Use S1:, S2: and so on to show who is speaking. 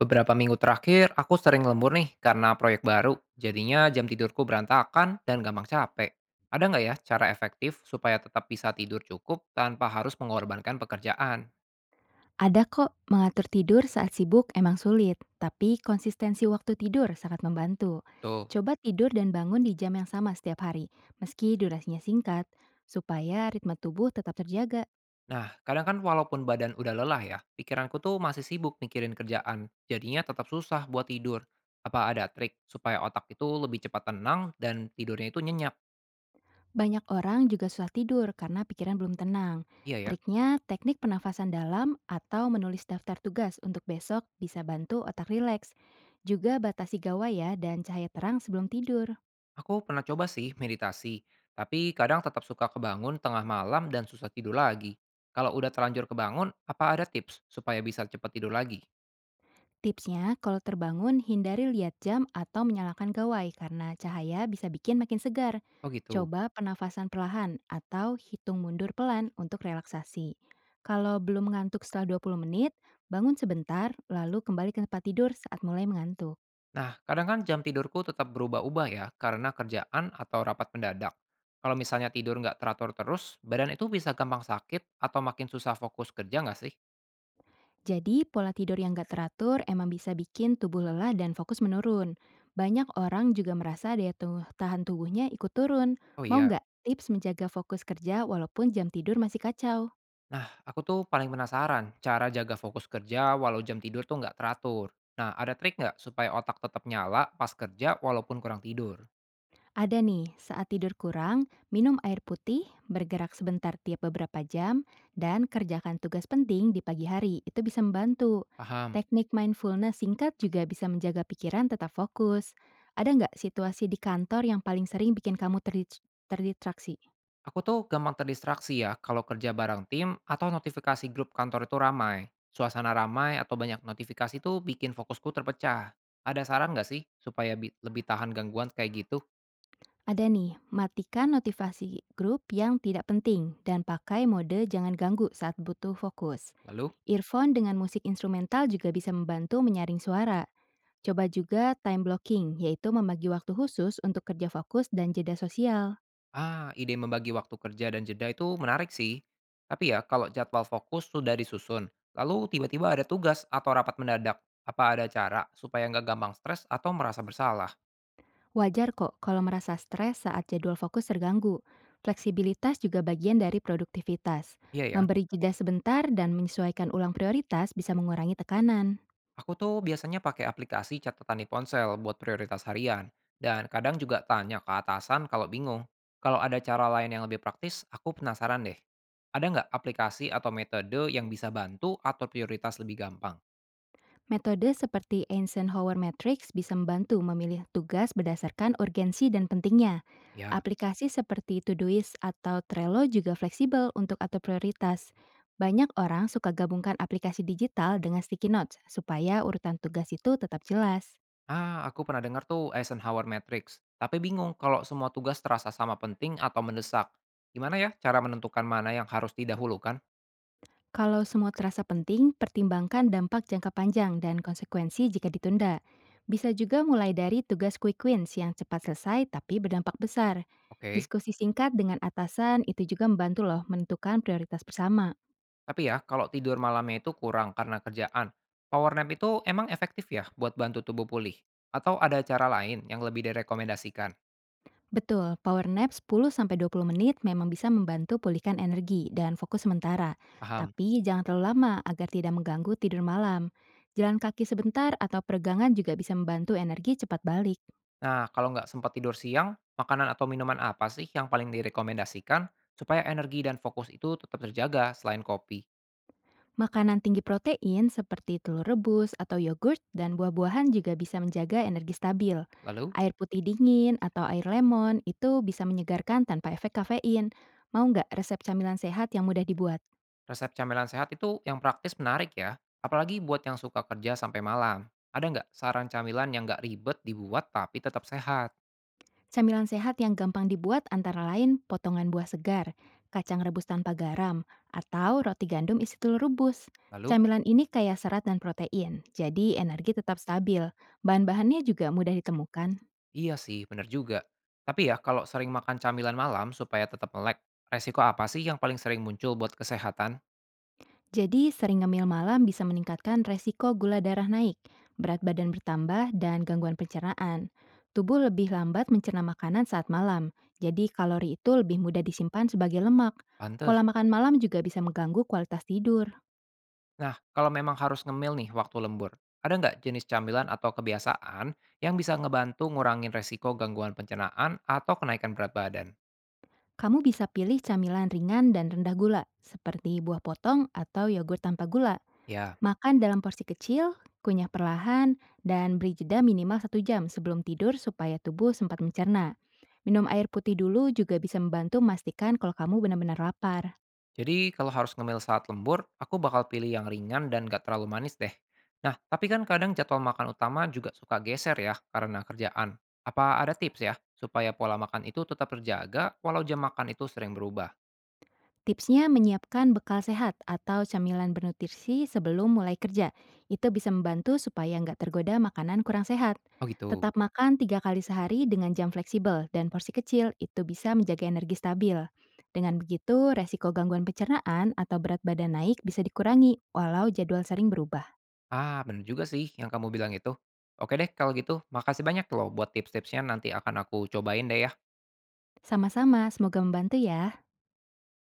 S1: Beberapa minggu terakhir, aku sering lembur nih karena proyek baru. Jadinya jam tidurku berantakan dan gampang capek. Ada nggak ya cara efektif supaya tetap bisa tidur cukup tanpa harus mengorbankan pekerjaan?
S2: Ada kok, mengatur tidur saat sibuk emang sulit, tapi konsistensi waktu tidur sangat membantu.
S1: Tuh.
S2: Coba tidur dan bangun di jam yang sama setiap hari, meski durasinya singkat, supaya ritme tubuh tetap terjaga.
S1: Nah, kadang kan walaupun badan udah lelah ya, pikiranku tuh masih sibuk mikirin kerjaan. Jadinya tetap susah buat tidur. Apa ada trik supaya otak itu lebih cepat tenang dan tidurnya itu nyenyak?
S2: Banyak orang juga susah tidur karena pikiran belum tenang.
S1: Iya ya.
S2: Triknya, teknik pernafasan dalam atau menulis daftar tugas untuk besok bisa bantu otak rileks. Juga batasi gawai ya dan cahaya terang sebelum tidur.
S1: Aku pernah coba sih meditasi, tapi kadang tetap suka kebangun tengah malam dan susah tidur lagi. Kalau udah terlanjur kebangun, apa ada tips supaya bisa cepat tidur lagi?
S2: Tipsnya, kalau terbangun, hindari lihat jam atau menyalakan gawai karena cahaya bisa bikin makin segar.
S1: Oh gitu.
S2: Coba penafasan perlahan atau hitung mundur pelan untuk relaksasi. Kalau belum ngantuk setelah 20 menit, bangun sebentar lalu kembali ke tempat tidur saat mulai mengantuk.
S1: Nah, kadang kan jam tidurku tetap berubah-ubah ya karena kerjaan atau rapat mendadak. Kalau misalnya tidur nggak teratur terus, badan itu bisa gampang sakit atau makin susah fokus kerja nggak sih?
S2: Jadi, pola tidur yang gak teratur emang bisa bikin tubuh lelah dan fokus menurun. Banyak orang juga merasa daya tahan tubuhnya ikut turun.
S1: Oh
S2: Mau
S1: iya.
S2: nggak tips menjaga fokus kerja walaupun jam tidur masih kacau?
S1: Nah, aku tuh paling penasaran cara jaga fokus kerja walau jam tidur tuh nggak teratur. Nah, ada trik nggak supaya otak tetap nyala pas kerja walaupun kurang tidur?
S2: Ada nih, saat tidur kurang, minum air putih, bergerak sebentar tiap beberapa jam, dan kerjakan tugas penting di pagi hari. Itu bisa membantu.
S1: Paham.
S2: Teknik mindfulness singkat juga bisa menjaga pikiran tetap fokus. Ada nggak situasi di kantor yang paling sering bikin kamu terdistraksi?
S1: Aku tuh gampang terdistraksi ya kalau kerja bareng tim atau notifikasi grup kantor itu ramai. Suasana ramai atau banyak notifikasi tuh bikin fokusku terpecah. Ada saran nggak sih supaya lebih tahan gangguan kayak gitu?
S2: Ada nih, matikan notifikasi grup yang tidak penting dan pakai mode jangan ganggu saat butuh fokus.
S1: Lalu?
S2: Earphone dengan musik instrumental juga bisa membantu menyaring suara. Coba juga time blocking, yaitu membagi waktu khusus untuk kerja fokus dan jeda sosial.
S1: Ah, ide membagi waktu kerja dan jeda itu menarik sih. Tapi ya, kalau jadwal fokus sudah disusun, lalu tiba-tiba ada tugas atau rapat mendadak, apa ada cara supaya nggak gampang stres atau merasa bersalah?
S2: Wajar kok kalau merasa stres saat jadwal fokus terganggu. Fleksibilitas juga bagian dari produktivitas.
S1: Iya ya,
S2: Memberi jeda sebentar dan menyesuaikan ulang prioritas bisa mengurangi tekanan.
S1: aku tuh biasanya pakai aplikasi catatan di ponsel buat prioritas harian, dan kadang juga tanya ke atasan kalau bingung. Kalau ada cara lain yang lebih praktis, aku penasaran deh. Ada nggak aplikasi atau metode yang bisa bantu atur prioritas lebih gampang?
S2: Metode seperti Eisenhower Matrix bisa membantu memilih tugas berdasarkan urgensi dan pentingnya.
S1: Ya.
S2: Aplikasi seperti Todoist atau Trello juga fleksibel untuk atur prioritas. Banyak orang suka gabungkan aplikasi digital dengan sticky notes supaya urutan tugas itu tetap jelas.
S1: Ah, aku pernah dengar tuh Eisenhower Matrix, tapi bingung kalau semua tugas terasa sama penting atau mendesak. Gimana ya cara menentukan mana yang harus didahulukan?
S2: Kalau semua terasa penting, pertimbangkan dampak jangka panjang dan konsekuensi jika ditunda. Bisa juga mulai dari tugas quick wins yang cepat selesai tapi berdampak besar.
S1: Oke.
S2: Diskusi singkat dengan atasan itu juga membantu loh menentukan prioritas bersama.
S1: Tapi ya, kalau tidur malamnya itu kurang karena kerjaan. Power nap itu emang efektif ya buat bantu tubuh pulih? Atau ada cara lain yang lebih direkomendasikan?
S2: Betul, power nap sepuluh sampai dua puluh menit memang bisa membantu pulihkan energi dan fokus sementara.
S1: Paham.
S2: Tapi jangan terlalu lama agar tidak mengganggu tidur malam. Jalan kaki sebentar atau peregangan juga bisa membantu energi cepat balik.
S1: Nah, kalau nggak sempat tidur siang, makanan atau minuman apa sih yang paling direkomendasikan supaya energi dan fokus itu tetap terjaga selain kopi?
S2: Makanan tinggi protein seperti telur rebus atau yogurt dan buah-buahan juga bisa menjaga energi stabil.
S1: Lalu?
S2: Air putih dingin atau air lemon itu bisa menyegarkan tanpa efek kafein. Mau nggak resep camilan sehat yang mudah dibuat?
S1: Resep camilan sehat itu yang praktis menarik ya, apalagi buat yang suka kerja sampai malam. Ada nggak saran camilan yang nggak ribet dibuat tapi tetap sehat?
S2: Camilan sehat yang gampang dibuat antara lain potongan buah segar, kacang rebus tanpa garam, atau roti gandum isi telur rebus.
S1: Lalu,
S2: Camilan ini kaya serat dan protein, jadi energi tetap stabil. Bahan-bahannya juga mudah ditemukan.
S1: iya sih, bener juga. Tapi ya, kalau sering makan camilan malam supaya tetap melek, resiko apa sih yang paling sering muncul buat kesehatan?
S2: Jadi, sering ngemil malam bisa meningkatkan resiko gula darah naik, berat badan bertambah, dan gangguan pencernaan. Tubuh lebih lambat mencerna makanan saat malam, jadi kalori itu lebih mudah disimpan sebagai lemak.
S1: Pantes.
S2: Pola makan malam juga bisa mengganggu kualitas tidur.
S1: Nah, kalau memang harus ngemil nih waktu lembur, ada nggak jenis camilan atau kebiasaan yang bisa ngebantu ngurangin resiko gangguan pencernaan atau kenaikan berat badan?
S2: Kamu bisa pilih camilan ringan dan rendah gula, seperti buah potong atau yogurt tanpa gula.
S1: Ya.
S2: Makan dalam porsi kecil, kunyah perlahan, dan beri jeda minimal satu jam sebelum tidur supaya tubuh sempat mencerna. Minum air putih dulu juga bisa membantu memastikan kalau kamu benar-benar lapar.
S1: Jadi kalau harus ngemil saat lembur, aku bakal pilih yang ringan dan gak terlalu manis deh. Nah, tapi kan kadang jadwal makan utama juga suka geser ya karena kerjaan. Apa ada tips ya supaya pola makan itu tetap terjaga walau jam makan itu sering berubah?
S2: Tipsnya menyiapkan bekal sehat atau camilan bernutrisi sebelum mulai kerja. Itu bisa membantu supaya nggak tergoda makanan kurang sehat.
S1: Oh gitu.
S2: Tetap makan tiga kali sehari dengan jam fleksibel dan porsi kecil itu bisa menjaga energi stabil. Dengan begitu, resiko gangguan pencernaan atau berat badan naik bisa dikurangi walau jadwal sering berubah.
S1: Ah, bener juga sih yang kamu bilang itu. Oke deh kalau gitu, makasih banyak loh buat tips-tipsnya nanti akan aku cobain deh ya.
S2: Sama-sama, semoga membantu ya.